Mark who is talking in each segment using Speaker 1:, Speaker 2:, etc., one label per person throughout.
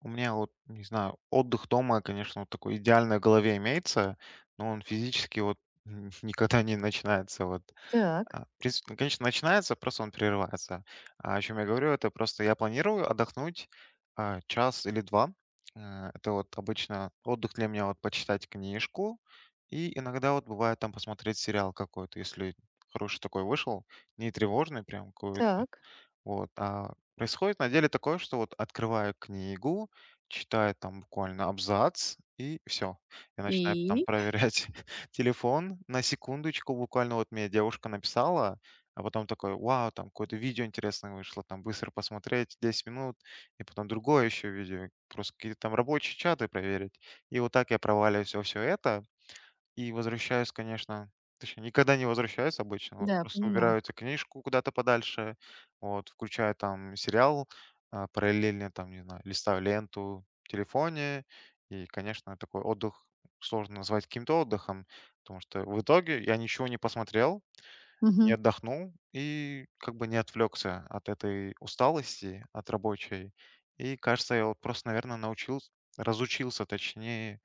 Speaker 1: У меня вот, не знаю, отдых дома, конечно, вот такой идеальный в голове имеется, но он физически вот никогда не начинается. Вот.
Speaker 2: Так,
Speaker 1: В принципе, ну, конечно, начинается, просто он прерывается. А о чем я говорю, это просто я планирую отдохнуть час или два. Это вот обычно отдых для меня вот почитать книжку и иногда вот бывает там посмотреть сериал какой-то, если хороший такой вышел, не тревожный, прям какой
Speaker 2: так.
Speaker 1: вот. А происходит на деле такое, что вот открываю книгу, читаю там буквально абзац, и все. Я начинаю там
Speaker 2: И?
Speaker 1: проверять телефон на секундочку. Буквально вот мне девушка написала, а потом такой: "Вау, там какое-то видео интересное вышло". Там быстро посмотреть 10 минут, и потом другое еще видео, просто какие-то там рабочие чаты проверить. И вот так я проваливаюсь всё это. И возвращаюсь, конечно, точнее, никогда не возвращаюсь обычно. Вот
Speaker 2: Да,
Speaker 1: просто
Speaker 2: понимаю.
Speaker 1: убираю эту книжку куда-то подальше, вот, включаю там сериал, параллельно там, не знаю, листаю ленту в телефоне. И, конечно, такой отдых сложно назвать каким-то отдыхом, потому что в итоге я ничего не посмотрел, не
Speaker 2: Мгм.
Speaker 1: отдохнул и как бы не отвлекся от этой усталости, от рабочей. И, кажется, я вот просто, наверное, научился, разучился, точнее,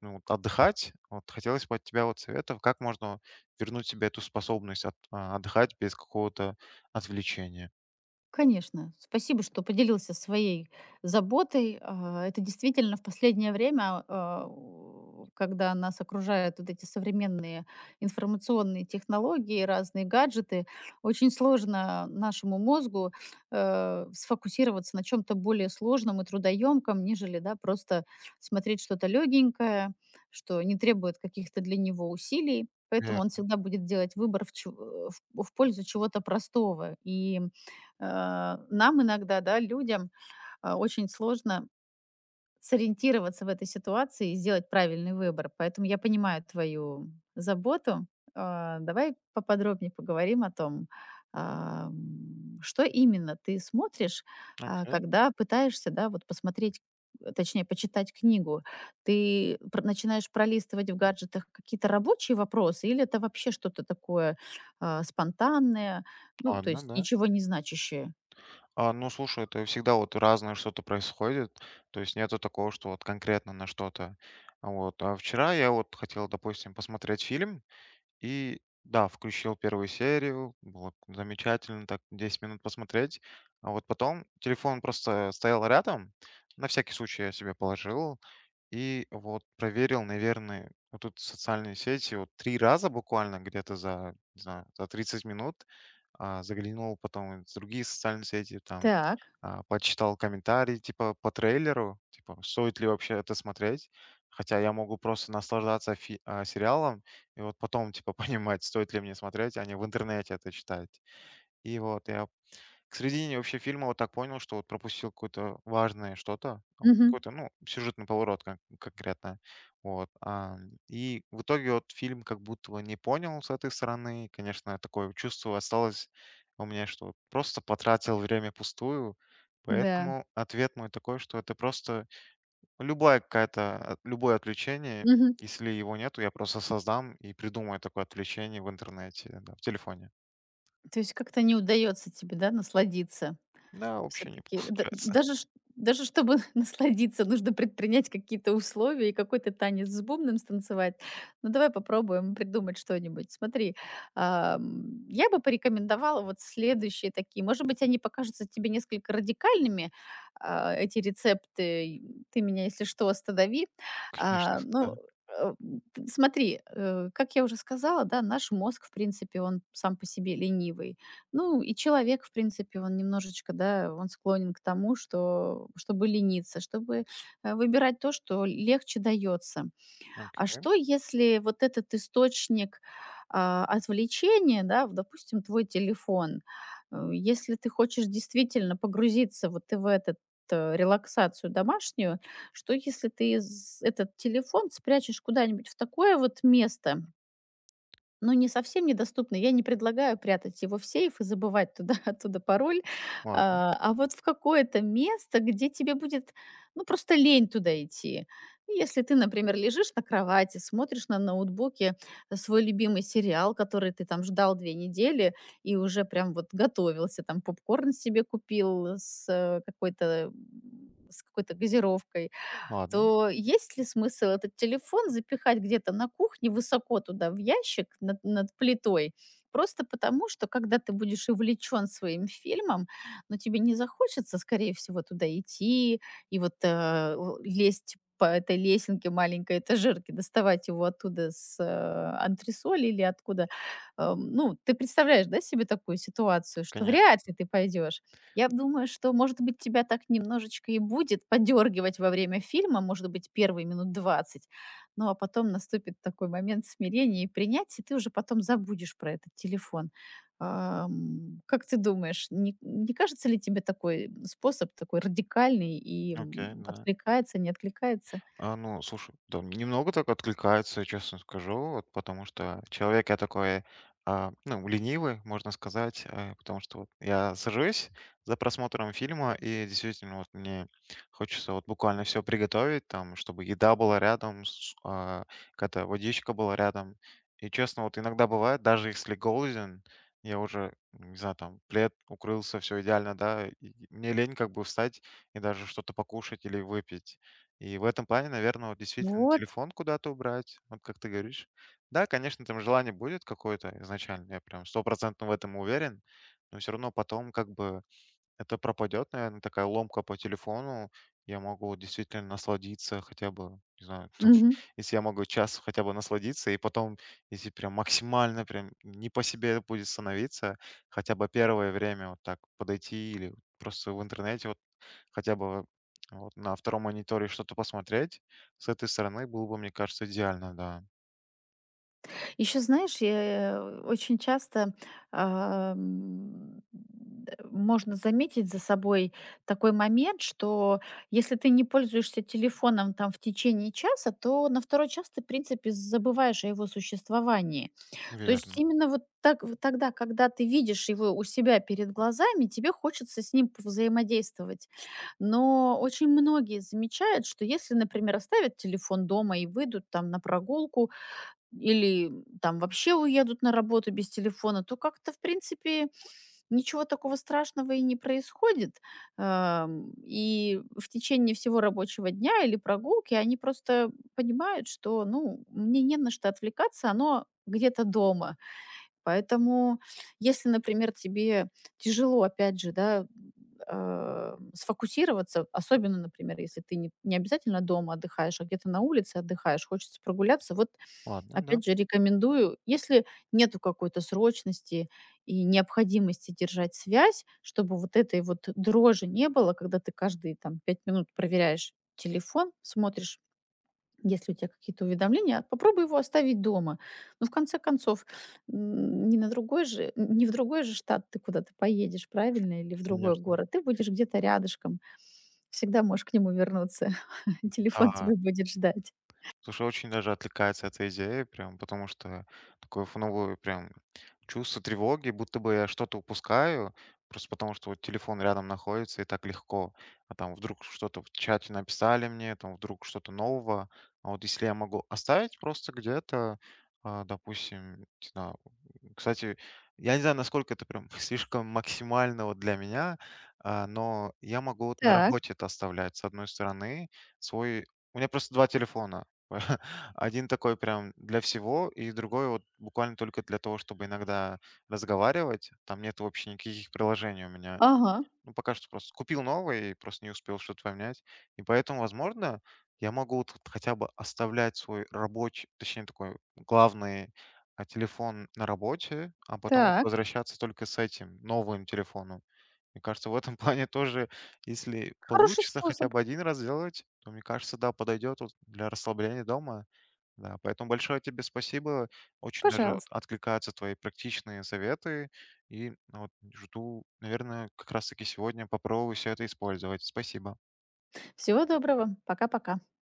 Speaker 1: ну, вот отдыхать. Вот хотелось бы от тебя вот советов, как можно вернуть себе эту способность отдыхать без какого-то отвлечения.
Speaker 2: Конечно. Спасибо, что поделился своей заботой. Это действительно в последнее время, когда нас окружают вот эти современные информационные технологии, разные гаджеты, очень сложно нашему мозгу сфокусироваться на чем-то более сложном и трудоемком, нежели, да, просто смотреть что-то легенькое, что не требует каких-то для него усилий. Поэтому он
Speaker 1: Верно.
Speaker 2: всегда будет делать выбор в пользу чего-то простого. И нам иногда, да, людям, очень сложно сориентироваться в этой ситуации и сделать правильный выбор. Поэтому я понимаю твою заботу. Давай поподробнее поговорим о том, что именно ты смотришь,
Speaker 1: Окей.
Speaker 2: когда пытаешься, да, вот посмотреть, точнее, почитать книгу. Ты начинаешь пролистывать в гаджетах какие-то рабочие вопросы или это вообще что-то такое, спонтанное, ну, то
Speaker 1: Ладно,
Speaker 2: есть
Speaker 1: да.
Speaker 2: ничего не значащее?
Speaker 1: Ну, слушай, это всегда вот разное что-то происходит, то есть нету такого, что вот конкретно на что-то. А вот. А вчера я вот хотел, допустим, посмотреть фильм, и да, включил первую серию, было замечательно, так 10 минут посмотреть, а вот потом телефон просто стоял рядом, на всякий случай я себе положил. И вот проверил, наверное, вот тут социальные сети вот 3 раза буквально где-то за, не знаю, за 30 минут. Заглянул потом в другие социальные сети, там,
Speaker 2: Так.
Speaker 1: почитал комментарии, типа, по трейлеру, типа, стоит ли вообще это смотреть. Хотя я могу просто наслаждаться сериалом и вот потом, типа, понимать, стоит ли мне смотреть, а не в интернете это читать. И вот я к середине вообще фильма вот так понял, что вот пропустил какое-то важное что-то, вот
Speaker 2: Мгм.
Speaker 1: какой-то, ну, сюжетный поворот конкретно. Вот, и в итоге вот фильм как будто бы не понял с этой стороны. Конечно, такое чувство осталось у меня, что вот просто потратил время пустую.
Speaker 2: Да.
Speaker 1: Поэтому ответ мой такой, что это просто любая любое отвлечение.
Speaker 2: Мгм.
Speaker 1: Если его нету, я просто создам и придумаю такое отвлечение в интернете, да, в телефоне.
Speaker 2: То есть как-то не удается тебе, да, насладиться?
Speaker 1: Да,
Speaker 2: Все
Speaker 1: вообще не
Speaker 2: таки
Speaker 1: получается,
Speaker 2: даже ш даже чтобы насладиться, нужно предпринять какие-то условия и какой-то танец с бубном станцевать. Ну, давай попробуем придумать что-нибудь. Смотри, я бы порекомендовала вот следующие такие. Может быть, они покажутся тебе несколько радикальными, эти рецепты. И ты меня, если что, останови.
Speaker 1: конечно, да.
Speaker 2: Ну, э, т смотри, как я уже сказала, да, наш мозг, в принципе, он сам по себе ленивый. Ну, и человек, в принципе, он немножечко, да, он склонен к тому, что чтобы лениться, чтобы, выбирать то, что легче дается. А
Speaker 1: Окей,
Speaker 2: что, если вот этот источник, отвлечения, да, в допустим, твой телефон, если ты хочешь действительно погрузиться вот и в этот, релаксацию домашнюю, что если ты з этот телефон спрячешь куда-нибудь в такое вот место, ну, не совсем недоступный. Я не предлагаю прятать его в сейф и забывать туда оттуда пароль.
Speaker 1: ладно,
Speaker 2: А вот в какое-то место, где тебе будет, ну, просто лень туда идти. Ну, если ты, например, лежишь на кровати, смотришь на ноутбуке свой любимый сериал, который ты там ждал 2 недели и уже прям вот готовился, там попкорн себе купил с какой-то газировкой,
Speaker 1: ладно,
Speaker 2: то есть ли смысл этот телефон запихать где-то на кухне высоко туда в ящик над плитой? Просто потому, что когда ты будешь увлечен своим фильмом, но тебе не захочется, скорее всего, туда идти и лезть по этой лесенке маленькой этажерки, доставать его оттуда с антресоли или откуда. Ну, ты представляешь, да, себе такую ситуацию, что
Speaker 1: конечно,
Speaker 2: вряд ли ты пойдешь. Я думаю, что, может быть, тебя так немножечко и будет подергивать во время фильма, может быть, первые минут 20, ну а потом наступит такой момент смирения и принятия, и ты уже потом забудешь про этот телефон. Как ты думаешь, не кажется ли тебе такой способ, такой радикальный, и
Speaker 1: окей, да.
Speaker 2: откликается, не откликается?
Speaker 1: Ну, слушай, да, немного так откликается, честно скажу, вот, потому что человек я такой, ну, ленивый, можно сказать, потому что вот я сажусь за просмотром фильма, и действительно вот мне хочется вот буквально все приготовить, там, чтобы еда была рядом, какая-то водичка была рядом. И честно, вот иногда бывает, даже если голоден, я уже, не знаю, там, плед укрылся, все идеально, да, и мне лень как бы встать и даже что-то покушать или выпить. И в этом плане, наверное, вот действительно
Speaker 2: Вот.
Speaker 1: телефон куда-то убрать, вот как ты говоришь. Да, конечно, там желание будет какое-то изначально, я прям стопроцентно в этом уверен, но все равно потом как бы это пропадет, наверное, такая ломка по телефону. Я могу действительно насладиться хотя бы, не знаю, то
Speaker 2: Мгм.
Speaker 1: если я могу час хотя бы насладиться, и потом, если прям максимально прям не по себе будет становиться, хотя бы первое время вот так подойти или просто в интернете вот хотя бы вот на втором мониторе что-то посмотреть, с этой стороны было бы, мне кажется, идеально, да.
Speaker 2: Еще, знаешь, я, очень часто, ам, д можно заметить за собой такой момент, что если ты не пользуешься телефоном там в течение часа, то на второй час ты, в принципе, забываешь о его существовании. То есть
Speaker 1: Верно.
Speaker 2: именно вот так вот тогда, когда ты видишь его у себя перед глазами, тебе хочется с ним взаимодействовать. Но очень многие замечают, что если, например, оставят телефон дома и выйдут там на прогулку, или там вообще уедут на работу без телефона, то как-то, в принципе, ничего такого страшного и не происходит. И в течение всего рабочего дня или прогулки они просто понимают, что, ну, мне не на что отвлекаться, оно где-то дома. Поэтому, если, например, тебе тяжело, опять же, да, сфокусироваться, особенно, например, если ты не обязательно дома отдыхаешь, а где-то на улице отдыхаешь, хочется прогуляться, вот
Speaker 1: Ладно, да,
Speaker 2: опять же, рекомендую, если нету какой-то срочности и необходимости держать связь, чтобы вот этой вот дрожи не было, когда ты каждые там 5 минут проверяешь телефон, смотришь, если у тебя какие-то уведомления, попробуй его оставить дома. Но в конце концов, не на другой же, не в другой же штат ты куда-то поедешь, правильно, или в другой
Speaker 1: конечно.
Speaker 2: город. Ты будешь где-то рядышком. Всегда можешь к нему вернуться. Телефон
Speaker 1: Да.
Speaker 2: тебя будет ждать.
Speaker 1: Слушай, очень даже отвлекается от этой идеи, прям потому что такое фоновое прям чувство тревоги, будто бы я что-то упускаю, просто потому что вот телефон рядом находится и так легко. А там вдруг что-то в чате написали мне, там вдруг что-то нового. А вот если я могу оставить просто где-то, допустим, кстати, я не знаю, насколько это прям слишком максимально вот для меня, но я могу вот на
Speaker 2: Так,
Speaker 1: работе это оставлять. С одной стороны, свой... У меня просто два телефона. Один такой прям для всего, и другой вот буквально только для того, чтобы иногда разговаривать. Там нет вообще никаких приложений у меня.
Speaker 2: ага,
Speaker 1: Ну, пока что просто купил новый и просто не успел что-то поменять. И поэтому, возможно, я могу вот хотя бы оставлять свой рабочий, точнее, такой главный телефон на работе, а потом вот
Speaker 2: так.
Speaker 1: возвращаться только с этим новым телефоном. Мне кажется, в этом плане тоже, если
Speaker 2: Хороший
Speaker 1: получится хотя
Speaker 2: способ.
Speaker 1: бы один раз сделать, то, мне кажется, да, подойдет вот для расслабления дома. Да, поэтому большое тебе спасибо. Очень даже вот
Speaker 2: Пожалуйста.
Speaker 1: откликаются твои практичные советы. И ну, вот жду, наверное, как раз-таки сегодня попробую все это использовать. Спасибо.
Speaker 2: Всего доброго. Пока-пока.